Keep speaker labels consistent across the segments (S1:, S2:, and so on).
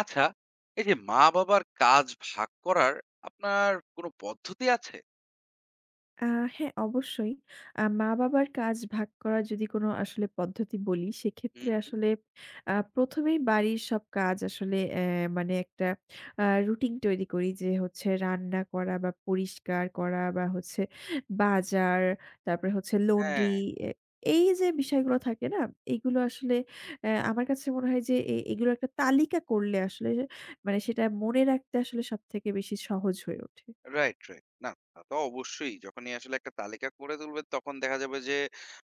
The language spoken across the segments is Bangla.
S1: আচ্ছা, এই যে মা-বাবার কাজ ভাগ করার আপনার কোনো পদ্ধতি আছে?
S2: আ হ্যাঁ, অবশ্যই। মা-বাবার কাজ ভাগ করার যদি কোনো আসলে পদ্ধতি বলি, সেক্ষেত্রে
S1: হুম।
S2: আসলে ১ম এই বাড়ির সব কাজ আসলে মানে একটা রুটিন তৈরি করি যে হচ্ছে রান্না করা বা পরিষ্কার করা বা হচ্ছে বাজার, তারপরে হচ্ছে লন্ড্রি।
S1: হ্যাঁ,
S2: এ এই যে বিষয়গুলো থাকে না? এগুলো আসলে আমার কাছে মনে হয় যে এগুলো একটা তালিকা করলে আসলে মানে সেটা মনে রাখতে আসলে সবথেকে বেশি সহজ হয়ে ওঠে।
S1: Right, right. না, তা তো অবশ্যই। যখনই আসলে একটা তালিকা করে তুলবেন তখন দেখা যাবে যে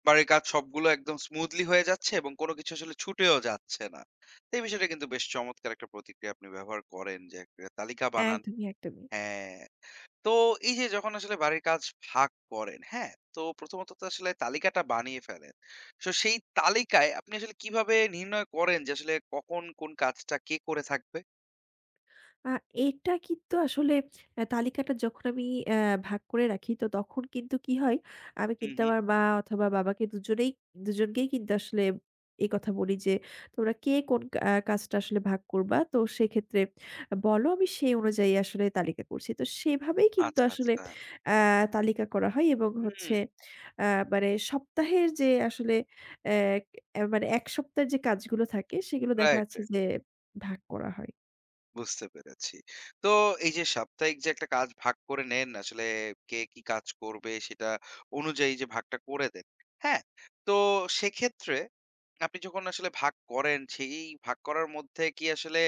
S1: বাড়ির কাজ সবগুলো একদম স্মুথলি হয়ে যাচ্ছে এবং কোনো কিছু আসলে ছুটেও যাচ্ছে না। তো এই বিষয়টা কিন্তু বেশ চমৎকার একটা প্রতিক্রিয়া আপনি ব্যবহার করেন যে একটা তালিকা বানান।
S2: একদমই, একদমই।
S1: হ্যাঁ। তো এই যে যখন আসলে বাড়ির কাজ ভাগ করেন, হ্যাঁ? তো প্রথমত তো আসলে তালিকাটা বানিয়ে ফেলেন। সো সেই তালিকায় আপনি আসলে কিভাবে নির্ণয় করেন যে আসলে কখন কোন কাজটা কে করে থাকবে?
S2: আ এটা কিন্তু আসলে তালিকাটা যখন আমি ভাগ করে রাখি তো তখন কিন্তু কি হয়, আমি
S1: হু,
S2: কিন্তু
S1: হু।
S2: আমার মা অথবা বাবাকে দুজনকেই কিন্তু আসলে এই কথা বলি যে, "তোমরা কে কোন কা আ কাজটা আসলে ভাগ করবা? তো সেক্ষেত্রে বলো আমি সেই অনুযায়ী আসলে তালিকা করছি।" তো সেভাবেই কিন্তু
S1: আচ্ছা,
S2: আসলে
S1: আচ্ছা।
S2: অ্যা তালিকা করা হয় এবং হচ্ছে
S1: হুম,
S2: আ মানে সপ্তাহের যে আসলে মানে ১ সপ্তাহের যে কাজগুলো থাকে সেগুলো দেখা
S1: রাইট,
S2: যাচ্ছে
S1: রাইট।
S2: যে ভাগ করা হয়।
S1: বুঝতে পেরেছি। তো এই যে সাপ্তাহিক যে একটা কাজ ভাগ করে নেন, আসলে কে কি কাজ করবে সেটা অনুযায়ী যে ভাগটা করে দেন। হ্যাঁ? তো সেক্ষেত্রে আপনি যখন আসলে ভাগ করেন, সেই ভাগ করার মধ্যে কি আসলে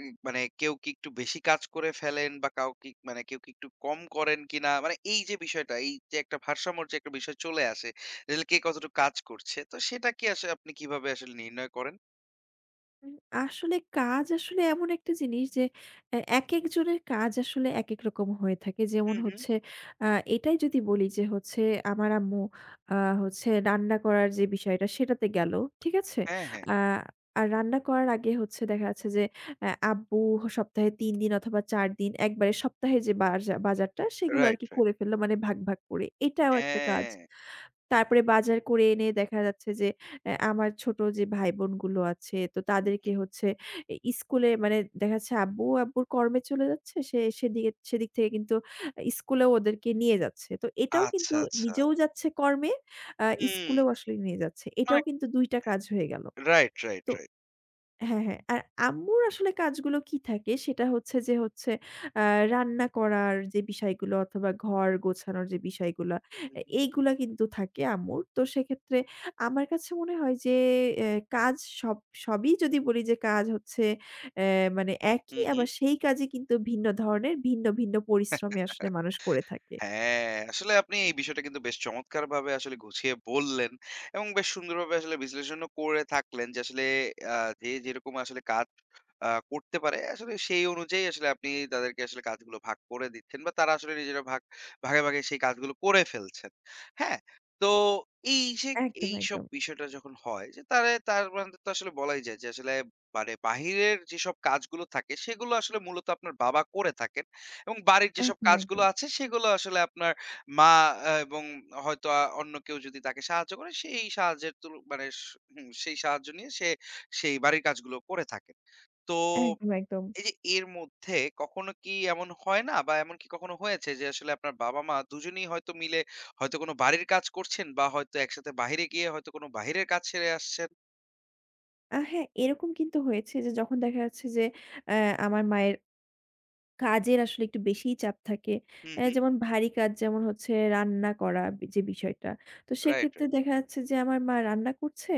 S1: মানে কেউ কি একটু বেশি কাজ করে ফেলেন বা কাউ কি মানে কেউ কি একটু কম করেন কিনা? মানে এই যে বিষয়টা, এই যে একটা ভারসাম্যর যে একটা বিষয় চলে আসে, আসলে কে কতটুকু কাজ করছে, তো সেটা কি আসলে আপনি কিভাবে আসলে নির্ণয় করেন?
S2: উম আসলে কাজ আসলে এমন একটা জিনিস যে একেক জনের কাজ আসলে একেক রকম হয়ে থাকে। যেমন
S1: হুম, হুম।
S2: হচ্ছে আ এটাই যদি বলি যে হচ্ছে আমার আম্মু আ হচ্ছে রান্না করার যে বিষয়টা সেটাতে গেল। ঠিক আছে?
S1: হ্যাঁ, হ্যাঁ।
S2: আ আর রান্না করার আগে হচ্ছে দেখা যাচ্ছে যে আব্বু সপ্তাহে ৩ দিন অথবা ৪ দিন একবারে সপ্তাহে যে বাজারটা সেগুলো
S1: রাইট,
S2: আরকি
S1: রাইট।
S2: করে ফেললো মানে ভাগ, ভাগ করে। এটাও একটা কাজ।
S1: হ্যাঁ।
S2: তারপরে বাজার করে এনে দেখা যাচ্ছে যে আমার ছোট যে ভাই-বোনগুলো আছে, তো তাদেরকে হচ্ছে স্কুলে মানে দেখা যাচ্ছে আব্বুর কর্মে চলে যাচ্ছে। সে সেদিকে সেদিক থেকে কিন্তু স্কুলেও ওদেরকে নিয়ে যাচ্ছে। তো এটাও কিন্তু
S1: আচ্ছা, আচ্ছা।
S2: নিজেও যাচ্ছে কর্মে, আ
S1: হুম,
S2: স্কুলেও আসলে নিয়ে যাচ্ছে। এটাও
S1: মানে
S2: কিন্তু ২ টা কাজ হয়ে গেল।
S1: রাইট, রাইট,
S2: তো
S1: রাইট।
S2: হ্যাঁ, হ্যাঁ। আর আম্মুর আসলে কাজগুলো কি থাকে সেটা হচ্ছে যে হচ্ছে আ রান্না করার যে বিষয়গুলো অথবা ঘর গোছানোর যে বিষয়গুলা,
S1: হু,
S2: এ
S1: হু,
S2: এইগুলা কিন্তু থাকে আম্মুর। তো সেক্ষেত্রে আমার কাছে মনে হয় যে এ কাজ সব সবই যদি বলি যে কাজ হচ্ছে অ্যা মানে একই
S1: হু,
S2: আবার সেই কাজই কিন্তু ভিন্ন ধরনের ভিন্ন, ভিন্ন পরিশ্রমে আসলে
S1: হু।
S2: মানুষ করে থাকে।
S1: হ্যাঁ, আসলে আপনি এই বিষয়টা কিন্তু বেশ চমৎকারভাবে আসলে গুছিয়ে বললেন এবং বেশ সুন্দরভাবে আসলে বিশ্লেষণও করে থাকলেন যে আসলে আ যে যেরকম আসলে কাজ করতে পারে আসলে সেই অনুযায়ী আসলে আপনি তাদেরকে আসলে কাজগুলো ভাগ করে দিচ্ছেন বা তারা আসলে নিজেরা ভাগে, ভাগে সেই কাজগুলো করে ফেলছেন। হ্যাঁ? তো এই যে
S2: একদম,
S1: এইসব
S2: একদম।
S1: বিষয়টা যখন হয় যে তার মানে তো আসলে বলাই যায় যে আসলে মানে বাহিরের যেসব কাজগুলো থাকে সেগুলো আসলে মূলত আপনার বাবা করে থাকেন। এবং বাড়ির যেসব
S2: একদম,
S1: কাজগুলো
S2: একদম।
S1: আছে সেগুলো আসলে আপনার মা এবং হয়তো অন্য কেউ যদি তাকে সাহায্য করে সেই সাহায্যের তুল মানে স হুম, সেই সাহায্য নিয়ে সে সেই বাড়ির কাজগুলো করে থাকে। তো
S2: একদম, একদম।
S1: এই যে এর মধ্যে কখনো কি এমন হয় না বা এমন কি কখনো হয়েছে যে আসলে আপনার বাবা-মা দুজনেই হয়তো মিলে হয়তো কোনো বাড়ির কাজ করছেন বা হয়তো একসাথে বাহিরে গিয়ে হয়তো কোনো বাহিরের কাজ সেরে আসছেন?
S2: হ্যাঁ, এরকম কিন্তু হয়েছে যে যখন দেখা যাচ্ছে যে অ্যা আমার মায়ের কাজের আসলে একটু বেশিই চাপ থাকে।
S1: হুম, হুম।
S2: যেমন ভারী কাজ যেমন হচ্ছে রান্না করা যে বিষয়টা। তো
S1: রাইট,
S2: সেক্ষেত্রে
S1: রাইট।
S2: দেখা যাচ্ছে যে আমার মা রান্না করছে।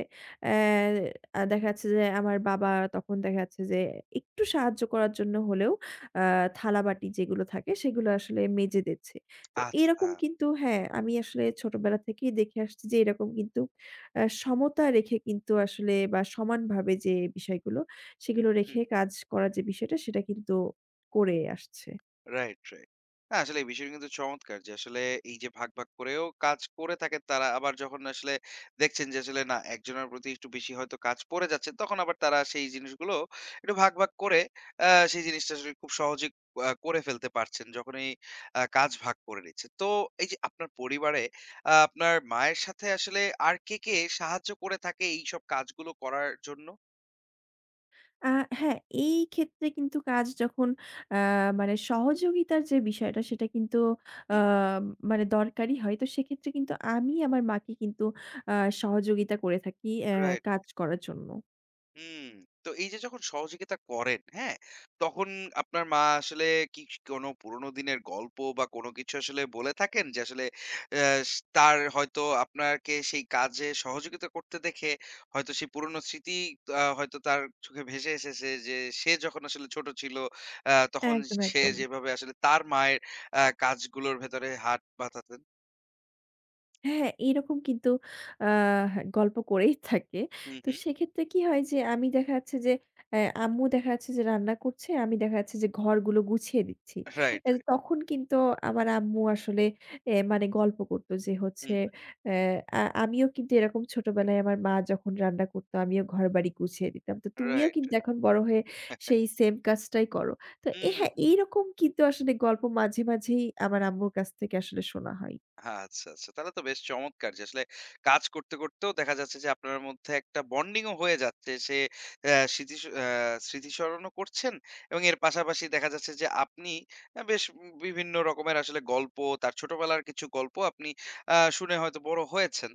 S2: দেখা যাচ্ছে যে আমার বাবা তখন দেখা যাচ্ছে যে একটু সাহায্য করার জন্য হলেও আ থালাবাটি যেগুলো থাকে সেগুলো আসলে মেজে দিচ্ছে। তো
S1: আচ্ছা।
S2: এরকম কিন্তু হ্যাঁ, আমি আসলে ছোটবেলা থেকেই দেখে আসছি যে এরকম কিন্তু সমতা রেখে কিন্তু আসলে বা সমানভাবে যে বিষয়গুলো সেগুলো রেখে কাজ করার যে বিষয়টা সেটা কিন্তু করে আসছে।
S1: Right, right. না আসলে এই বিষয়টা কিন্তু চমৎকার যে আসলে এই যে ভাগ, ভাগ করেও কাজ করে থাকেন তারা। আবার যখন আসলে দেখছেন যে আসলে না একজনের প্রতি একটু বেশি হয়তো কাজ পড়ে যাচ্ছে, তখন আবার তারা সেই জিনিসগুলো একটু ভাগ, ভাগ করে আ সেই জিনিসটা আসলে খুব সহজেই করে ফেলতে পারছেন যখন এই কাজ ভাগ করে নিচ্ছে। তো এই যে আপনার পরিবারে আপনার মায়ের সাথে আসলে আর কে, কে সাহায্য করে থাকে এইসব কাজগুলো করার জন্য?
S2: আ হ্যাঁ, এই ক্ষেত্রে কিন্তু কাজ যখন আ মানে সহযোগিতার যে বিষয়টা সেটা কিন্তু আ
S1: হুম।
S2: মানে দরকারি হয়। তো সেক্ষেত্রে কিন্তু আমি আমার মাকে কিন্তু আ সহযোগিতা করে থাকি
S1: রাইট।
S2: কাজ করার জন্য।
S1: হুম, তো এই যে যখন সহযোগিতা করেন, হ্যাঁ? তখন আপনার মা আসলে কি কোনো পুরোনো দিনের গল্প বা কোনো কিছু আসলে বলে থাকেন? যে আসলে অ্যা তার হয়তো আপনাকে সেই কাজে সহযোগিতা করতে দেখে হয়তো সেই পুরোনো স্মৃতি হয়তো তার চোখে ভেসে এসেছে যে সে যখন আসলে ছোট ছিল তখন
S2: একদম,
S1: সে
S2: একদম।
S1: যেভাবে আসলে তার মায়ের কাজগুলোর ভেতরে হাত পাতাতেন।
S2: হ্যাঁ, এরকম কিন্তু আহ গল্প করেই থাকে।
S1: হুম,
S2: তো
S1: হুম।
S2: সেক্ষেত্রে কি হয় যে আমি দেখা যাচ্ছে যে আম্মু দেখা যাচ্ছে যে রান্না করছে, আমি দেখা যাচ্ছে যে ঘরগুলো গুছিয়ে দিচ্ছি।
S1: Right, right.
S2: তখন কিন্তু আমার আম্মু আসলে মানে গল্প করতো যে হচ্ছে
S1: হুম,
S2: অ্যা আ আমিও কিন্তু এরকম ছোটবেলায় আমার মা যখন রান্না করতো আমিও ঘরবাড়ি গুছিয়ে দিতাম। তো
S1: রাইট,
S2: তুমিও
S1: রাইট।
S2: কিন্তু এখন বড় হয়ে সেই সেম কাজটাই করো। তো
S1: হুম।
S2: হ্যাঁ, এইরকম কিন্তু আসলে গল্প মাঝে, মাঝেই আমার আম্মুর কাছ থেকে আসলে শোনা হয়।
S1: আচ্ছা, আচ্ছা। তাহলে তো বেশ চমৎকার যে আসলে কাজ করতে, করতেও দেখা যাচ্ছে যে আপনার মধ্যে একটা বন্ডিংও হয়ে যাচ্ছে। সে অ্যা স্মৃতিস অ্যা স্মৃতিচারণও করছেন এবং এর পাশাপাশি দেখা যাচ্ছে যে আপনি বেশ বিভিন্ন রকমের আসলে গল্প, তার ছোটবেলার কিছু গল্প আপনি শুনে হয়তো বড় হয়েছেন।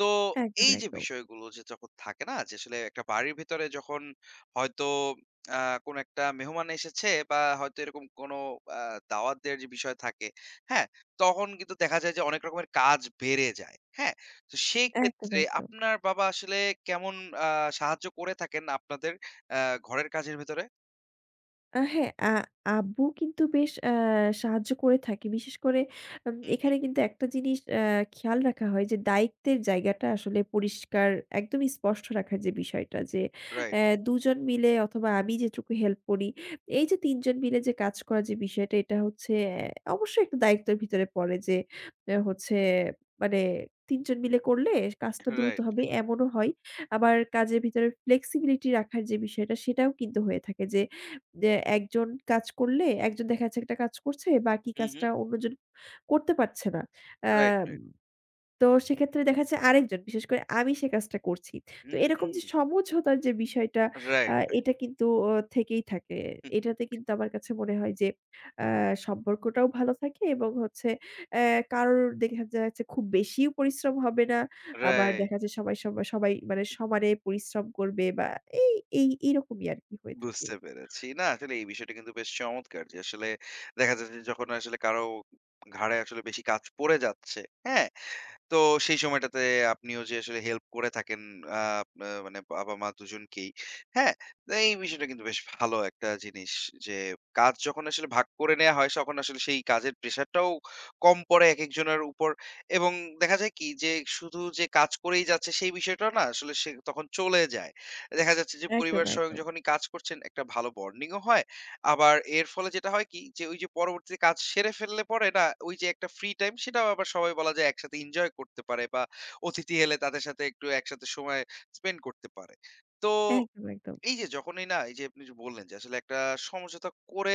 S1: তো
S2: একদম,
S1: এই যে
S2: একদম।
S1: বিষয়গুলো যে যখন থাকে না যে আসলে একটা বাড়ির ভেতরে যখন হয়তো আ কোনো একটা মেহমান এসেছে বা হয়তো এরকম কোনো আ দাওয়াত দেওয়ার যে বিষয় থাকে, হ্যাঁ? তখন কিন্তু দেখা যায় যে অনেক রকমের কাজ বেড়ে যায়। হ্যাঁ? তো সেই
S2: একদম,
S1: ক্ষেত্রে
S2: একদম।
S1: আপনার বাবা আসলে কেমন আ সাহায্য করে থাকেন আপনাদের আ ঘরের কাজের ভেতরে?
S2: হ্যাঁ, আব্বু কিন্তু বেশ সাহায্য করে থাকে। বিশেষ করে
S1: হুম, হুম।
S2: এখানে কিন্তু একটা জিনিস খেয়াল রাখা হয় যে দায়িত্বের জায়গাটা আসলে পরিষ্কার একদম স্পষ্ট রাখার যে বিষয়টা যে
S1: রাইট,
S2: অ্যা ২ জন মিলে অথবা আমি যেটুকু হেল্প করি, এই যে ৩ জন মিলে যে কাজ করার যে বিষয়টা এটা হচ্ছে অবশ্যই একটা দায়িত্বের ভিতরে পড়ে যে হচ্ছে মানে ৩ জন মিলে করলে কাজটা দ্রুত
S1: রাইট।
S2: হবে এমনও হয়। আবার কাজের ভিতরে ফ্লেক্সিবিলিটি রাখার যে বিষয়টা সেটাও কিন্তু হয়ে থাকে যে যে একজন কাজ করলে একজন দেখা যাচ্ছে একটা কাজ করছে, বাকি
S1: হুম,
S2: কাজটা
S1: হুম।
S2: অন্যজন করতে পারছে না। Ah
S1: right, right.
S2: তো সেক্ষেত্রে দেখা যাচ্ছে আরেকজন বিশেষ করে আমি সে কাজটা করছি। তো এরকম
S1: হুম।
S2: যে সমঝোতার যে বিষয়টা
S1: রাইট,
S2: এটা কিন্তু থেকেই থাকে। এটাতে কিন্তু আমার কাছে মনে হয় যে আ সম্পর্কটাও ভালো থাকে এবং হচ্ছে অ্যা কারোর দেখা যাচ্ছে খুব বেশিও পরিশ্রম হবে না। আবার
S1: রাইট।
S2: দেখা যাচ্ছে সবাই মানে সমানে পরিশ্রম করবে বা এই এই এইরকমই আরকি হয়ে থাকে।
S1: বুঝতে পেরেছি। না আসলে এই বিষয়টা কিন্তু বেশ চমৎকার যে আসলে দেখা যাচ্ছে যে যখন আসলে কারো ঘাড়ে আসলে বেশি কাজ পড়ে যাচ্ছে, হ্যাঁ? তো সেই সময়টাতে আপনিও যে আসলে হেল্প করে থাকেন আ আ মানে বাবা-মা দুজনকেই। হ্যাঁ? তো এই বিষয়টা কিন্তু বেশ ভালো একটা জিনিস যে কাজ যখন আসলে ভাগ করে নেয়া হয় তখন আসলে সেই কাজের প্রেশারটাও কম পড়ে একেকজনের উপর এবং দেখা যায় কি যে শুধু যে কাজ করেই যাচ্ছে সেই বিষয়টা না আসলে সে তখন চলে যায়। দেখা যাচ্ছে যে
S2: একদম,
S1: পরিবার স্বয়ং
S2: একদম।
S1: যখনই কাজ করছেন একটা ভালো বন্ডিং ও হয়, আবার এর ফলে যেটা হয় কি যে ওই যে পরবর্তীতে কাজ সেরে ফেললে পরে না ওই যে একটা ফ্রি টাইম সেটাও আবার সবাই বলা যায় একসাথে এনজয় করতে পারে বা অতিথি এলে তাদের সাথে একটু একসাথে সময় স্পেন্ড করতে পারে। তো
S2: একদম, একদম।
S1: এই যে যখনই না এই যে আপনি যে বললেন যে আসলে একটা সমঝোতা করে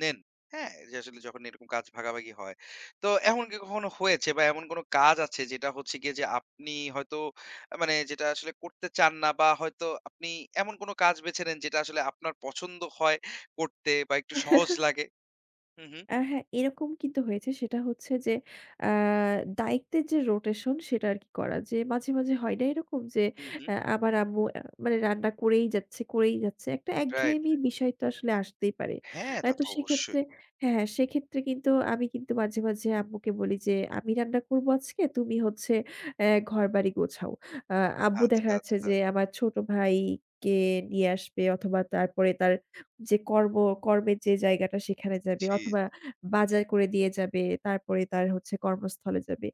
S1: নেন, হ্যাঁ? যে আসলে যখন এরকম কাজ ভাগাভাগি হয়। তো এমন কি কখনো হয়েছে বা এমন কোনো কাজ আছে যেটা হচ্ছে গিয়ে যে আপনি হয়তো মানে যেটা আসলে করতে চান না বা হয়তো আপনি এমন কোনো কাজ বেছে নেন যেটা আসলে আপনার পছন্দ হয় করতে বা একটু সহজ লাগে? হুম, হুম,
S2: হ্যাঁ, এরকম কিন্তু হয়েছে। সেটা হচ্ছে যে আ দায়িত্বের যে রোটেশন সেটা আরকি করা। যে মাঝে, মাঝে হয় না এরকম যে
S1: হুম, হুম।
S2: আমার আম্মু মানে রান্না করেই যাচ্ছে, করেই যাচ্ছে। একটা
S1: রাইট,
S2: একঘেয়েমি
S1: রাইট।
S2: বিষয় তো আসলে আসতেই পারে।
S1: হ্যাঁ, তা
S2: তো
S1: তো
S2: সেক্ষেত্রে
S1: অবশ্যই।
S2: হ্যাঁ, হ্যাঁ, সেক্ষেত্রে কিন্তু আমি কিন্তু মাঝে, মাঝে আম্মুকে বলি যে, "আমি রান্না করব আজকে, তুমি হচ্ছে ঘরবাড়ি গোছাও।" আ আব্বু
S1: আচ্ছা,
S2: দেখা যাচ্ছে
S1: আচ্ছা।
S2: যে আমার ছোট ভাইকে নিয়ে আসবে অথবা তারপরে তার যে কর্মের যে জায়গাটা সেখানে যাবে
S1: জি,
S2: অথবা বাজার করে দিয়ে যাবে, তারপরে তার হচ্ছে কর্মস্থলে যাবে।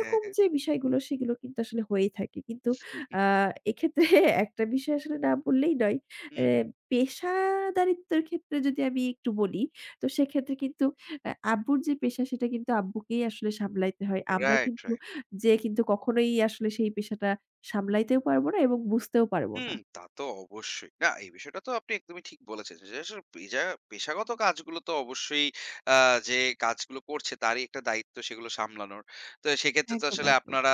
S1: হ্যাঁ, হ্যাঁ।
S2: যে বিষয়গুলো সেগুলো কিন্তু আসলে হয়েই থাকে। কিন্তু
S1: হুম,
S2: আ এক্ষেত্রে একটা বিষয় আসলে না বললেই নয়। এ
S1: হুম।
S2: পেশাদারিত্বের ক্ষেত্রে যদি আমি একটু বলি, তো সেক্ষেত্রে কিন্তু আব্বুর যে পেশা সেটা কিন্তু আব্বুকেই আসলে সামলাইতে হয়। আমরা
S1: রাইট,
S2: কিন্তু
S1: রাইট।
S2: যেয়ে কিন্তু কখনোই আসলে সেই পেশাটা সামলাইতেও পারব না এবং বুঝতেও পারব না।
S1: হুম, তা তো অবশ্যই। না, এই বিষয়টা তো আপনি একদমই ঠিক বলেছেন। যে আসলে পেশাগত কাজগুলো তো অবশ্যই আ যে কাজগুলো করছে তারই একটা দায়িত্ব সেগুলো সামলানোর। তো সেক্ষেত্রে তো
S2: একদম,
S1: আসলে
S2: একদম।
S1: আপনারা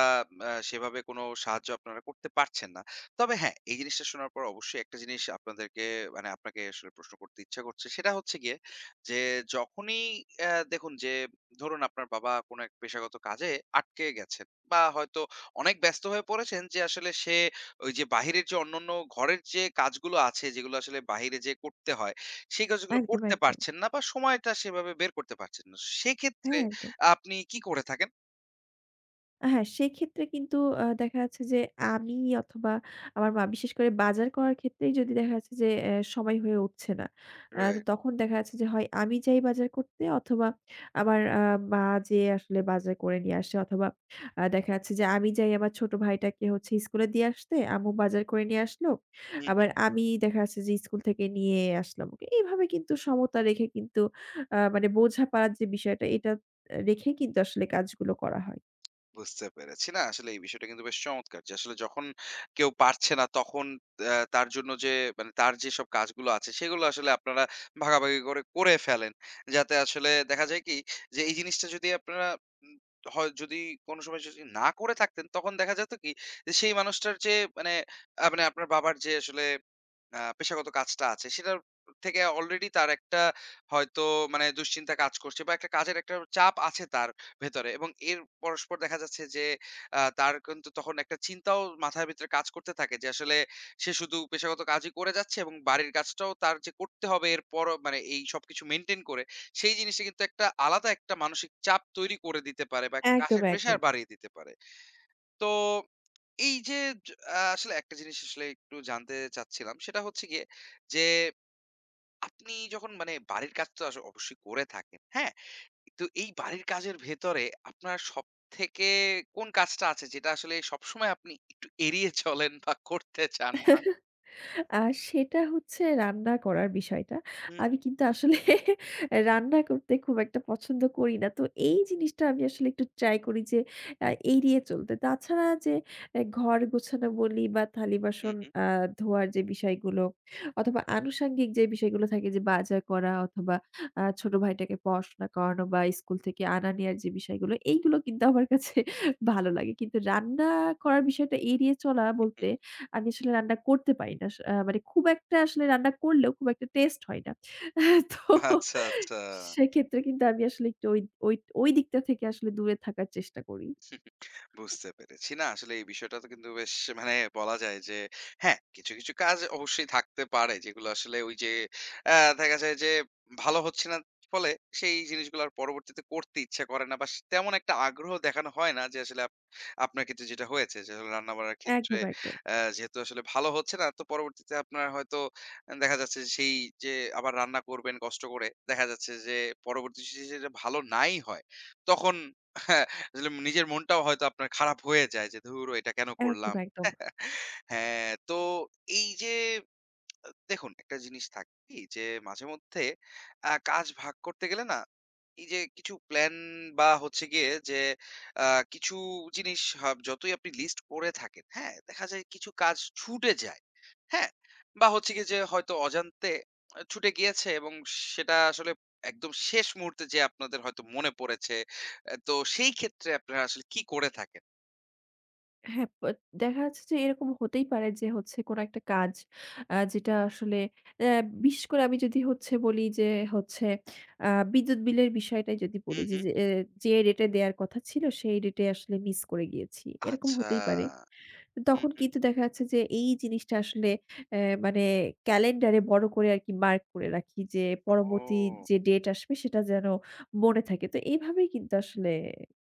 S1: সেভাবে কোনো সাহায্য আপনারা করতে পারছেন না। তবে হ্যাঁ, এই জিনিসটা শোনার পর অবশ্যই একটা জিনিস আপনাদেরকে মানে আপনাকে আসলে প্রশ্ন করতে ইচ্ছা করছে। সেটা হচ্ছে গিয়ে যে, যখনই দেখুন যে ধরুন আপনার বাবা কোনো এক পেশাগত কাজে আটকে গেছেন বা হয়তো অনেক ব্যস্ত হয়ে পড়েছেন যে আসলে সে ওই যে বাহিরের যে অন্যান্য ঘরের যে কাজগুলো আছে, যেগুলো আসলে বাহিরে যেয়ে করতে হয়, সেই কাজগুলো
S2: একদম,
S1: করতে
S2: একদম।
S1: পারছেন না বা সময়টা সেভাবে বের করতে পারছেন না। সেক্ষেত্রে
S2: হ্যাঁ, একদম।
S1: আপনি কি করে থাকেন?
S2: হ্যাঁ, সেক্ষেত্রে কিন্তু দেখা যাচ্ছে যে আমি অথবা আমার মা বিশেষ করে বাজার করার ক্ষেত্রেই যদি দেখা যাচ্ছে যে সময় হয়ে উঠছে না।
S1: রে
S2: তো তখন দেখা যাচ্ছে যে হয় আমি যাই বাজার করতে অথবা আমার মা যেয়ে আসলে বাজার করে নিয়ে আসে অথবা দেখা যাচ্ছে যে আমি যাই আমার ছোট ভাইটাকে হচ্ছে স্কুলে দিয়ে আসতে, আম্মু বাজার করে নিয়ে আসলো।
S1: হুম,
S2: আবার আমি দেখা যাচ্ছে যে স্কুল থেকে নিয়ে আসলাম ওকে। এইভাবে কিন্তু সমতা রেখে কিন্তু মানে বোঝাপড়ার যে বিষয়টা এটা রেখেই কিন্তু আসলে কাজগুলো করা হয়।
S1: বুঝতে পেরেছি। না আসলে এই বিষয়টা কিন্তু বেশ চমৎকার যে আসলে যখন কেউ পারছে না তখন তার জন্য যে মানে তার যেসব কাজগুলো আছে সেগুলো আসলে আপনারা ভাগাভাগি করে, করে ফেলেন। যাতে আসলে দেখা যায় কি যে এই জিনিসটা যদি আপনারা উম হয় যদি কোন সময় যদি না করে থাকতেন তখন দেখা যেত কি যে সেই মানুষটার যে মানে মানে আপনার বাবার যে আসলে পেশাগত কাজটা আছে সেটার থেকে অলরেডি তার একটা হয়তো মানে দুশ্চিন্তা কাজ করছে বা একটা কাজের একটা চাপ আছে তার ভেতরে এবং এর পরস্পর দেখা যাচ্ছে যে তার কিন্তু তখন একটা চিন্তাও মাথার ভিতরে কাজ করতে থাকে যে আসলে সে শুধু পেশাগত কাজই করে যাচ্ছে এবং বাড়ির কাজটাও তার যে করতে হবে এরপর মানে এই সবকিছু মেইনটেইন করে সেই জিনিসটা কিন্তু একটা আলাদা একটা মানসিক চাপ তৈরি করে দিতে পারে বা একটা
S2: একদম,
S1: কাজের প্রেশার
S2: একদম।
S1: বাড়িয়ে দিতে পারে। তো এই যে য আ আসলে একটা জিনিস আসলে একটু জানতে চাচ্ছিলাম। সেটা হচ্ছে গিয়ে যে, আপনি যখন মানে বাড়ির কাজ তো অবশ্যই করে থাকেন, হ্যাঁ? তো এই বাড়ির কাজের ভেতরে আপনার সবথেকে কোন কাজটা আছে যেটা আসলে সবসময় আপনি একটু এড়িয়ে চলেন বা করতে চান না?
S2: আর সেটা হচ্ছে রান্না করার বিষয়টা।
S1: হু, হু,
S2: আমি কিন্তু আসলে রান্না করতে খুব একটা পছন্দ করি না। তো এই জিনিসটা আমি আসলে একটু ট্রাই করি যে এড়িয়ে চলতে। তাছাড়া যে ঘর গোছানো বলি বা
S1: হু,
S2: থালি-বাসন
S1: হু,
S2: আ ধোয়ার যে বিষয়গুলো অথবা আনুষঙ্গিক যে বিষয়গুলো থাকে যে বাজার করা অথবা ছোট ভাইটাকে পড়াশোনা করানো বা স্কুল থেকে আনা নেয়ার যে বিষয়গুলো এইগুলো কিন্তু আমার কাছে ভালো লাগে। কিন্তু রান্না করার বিষয়টা এড়িয়ে চলা
S1: হু।
S2: বলতে আমি আসলে রান্না করতে পারি না। স আ মানে খুব একটা আসলে রান্না করলেও খুব একটা টেস্ট হয় না। তো
S1: আচ্ছা, আচ্ছা।
S2: সেক্ষেত্রে কিন্তু আমি আসলে একটু ওই ওই ওই দিকটা থেকে আসলে দূরে থাকার চেষ্টা করি।
S1: বুঝতে পেরেছি। না আসলে এই বিষয়টা তো কিন্তু বেশ মানে বলা যায় যে হ্যাঁ, কিছু, কিছু কাজ অবশ্যই থাকতে পারে যেগুলো আসলে ওই যে অ্যা দেখা যায় যে ভালো হচ্ছে না ফলে সেই জিনিসগুলো আর পরবর্তীতে করতে ইচ্ছা করে না বা তেমন একটা আগ্রহ দেখানো হয় না যে আসলে আপনার ক্ষেত্রে যেটা হয়েছে যে রান্না-বাড়ার ক্ষেত্রে
S2: একদম, একদম।
S1: যেহেতু আসলে ভালো হচ্ছে না তো পরবর্তীতে আপনার হয়তো দেখা যাচ্ছে যে সেই যে আবার রান্না করবেন কষ্ট করে। দেখা যাচ্ছে যে পরবর্তীতে সেটা ভালো নাই হয়। তখন আসলে নিজের মনটাও হয়তো আপনার খারাপ হয়ে যায় যে ধুর এটা কেন
S2: একদম,
S1: করলাম।
S2: একদম।
S1: হ্যাঁ, তো এই যে দেখুন, একটা জিনিস থাকে কি যে মাঝেমধ্যে কাজ ভাগ করতে গেলে না, এই যে কিছু প্ল্যান বা হচ্ছে গিয়ে যে আ কিছু জিনিস যতই আপনি লিস্ট করে থাকেন, হ্যাঁ? দেখা যায় কিছু কাজ ছুটে যায়, হ্যাঁ? বা হচ্ছে গিয়ে যে হয়তো অজান্তে ছুটে গিয়েছে এবং সেটা আসলে একদম শেষ মুহূর্তে যেয়ে আপনাদের হয়তো মনে পড়েছে। তো সেই ক্ষেত্রে আপনারা আসলে কি করে থাকেন?
S2: হ্যাঁ, দেখা যাচ্ছে যে এরকম হতেই পারে যে হচ্ছে কোনো একটা কাজ যেটা আসলে অ্যা বিশেষ করে আমি যদি হচ্ছে বলি যে হচ্ছে আ বিদ্যুৎ বিলের বিষয়টাই যদি বলি
S1: হুম,
S2: যে,
S1: হুম।
S2: যে, এ যে রেটে দেয়ার কথা ছিল সেই রেটে আসলে মিস করে গিয়েছি। এরকম
S1: আচ্ছা।
S2: হতেই পারে।
S1: হুম,
S2: তখন
S1: হুম।
S2: কিন্তু দেখা যাচ্ছে যে এই জিনিসটা আসলে অ্যা মানে ক্যালেন্ডারে বড় করে আরকি মার্ক করে রাখি যে পরবর্তী
S1: ও!
S2: যে ডেট আসবে সেটা যেন মনে থাকে। তো এইভাবেই কিন্তু আসলে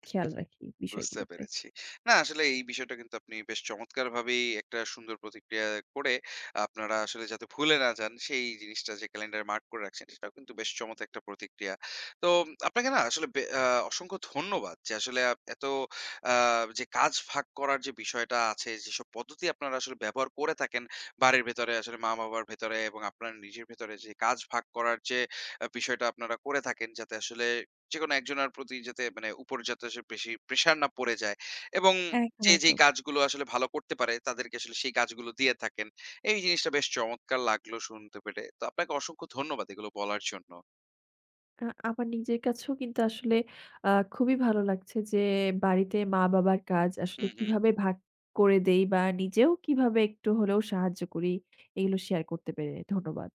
S2: খেয়াল রাখি
S1: বুঝতে
S2: বিষয়গুলোতে।
S1: পেরেছি। না আসলে এই বিষয়টা কিন্তু আপনি বেশ চমৎকারভাবেই একটা সুন্দর প্রতিক্রিয়া করে আপনারা আসলে যাতে ভুলে না যান সেই জিনিসটা যে ক্যালেন্ডারে মার্ক করে রাখছেন সেটাও কিন্তু বেশ চমৎকার একটা প্রতিক্রিয়া। তো আপনাকে না আসলে বে আ অসংখ্য ধন্যবাদ যে আসলে এত আ যে কাজ ভাগ করার যে বিষয়টা আছে যেসব পদ্ধতি আপনারা আসলে ব্যবহার করে থাকেন বাড়ির ভেতরে আসলে মা-বাবার ভেতরে এবং আপনার নিজের ভেতরে যে কাজ ভাগ করার যে বিষয়টা আপনারা করে থাকেন যাতে আসলে যেকোনো একজনের প্রতি যাতে মানে উপর যাতে সে বেশি প্রেশার না পড়ে যায় এবং
S2: একদম,
S1: যে যেই
S2: একদম।
S1: কাজগুলো আসলে ভালো করতে পারে তাদেরকে আসলে সেই কাজগুলো দিয়ে থাকেন। এই জিনিসটা বেশ চমৎকার লাগলো শুনতে পেরে। তো আপনাকে অসংখ্য ধন্যবাদ এগুলো বলার জন্য।
S2: আমার নিজের কাছেও কিন্তু আসলে খুবই ভালো লাগছে যে বাড়িতে মা-বাবার কাজ
S1: হু,
S2: আসলে
S1: হু।
S2: কিভাবে ভাগ করে দেই বা নিজেও কিভাবে একটু হলেও সাহায্য করি, এগুলো শেয়ার করতে পেরে। ধন্যবাদ।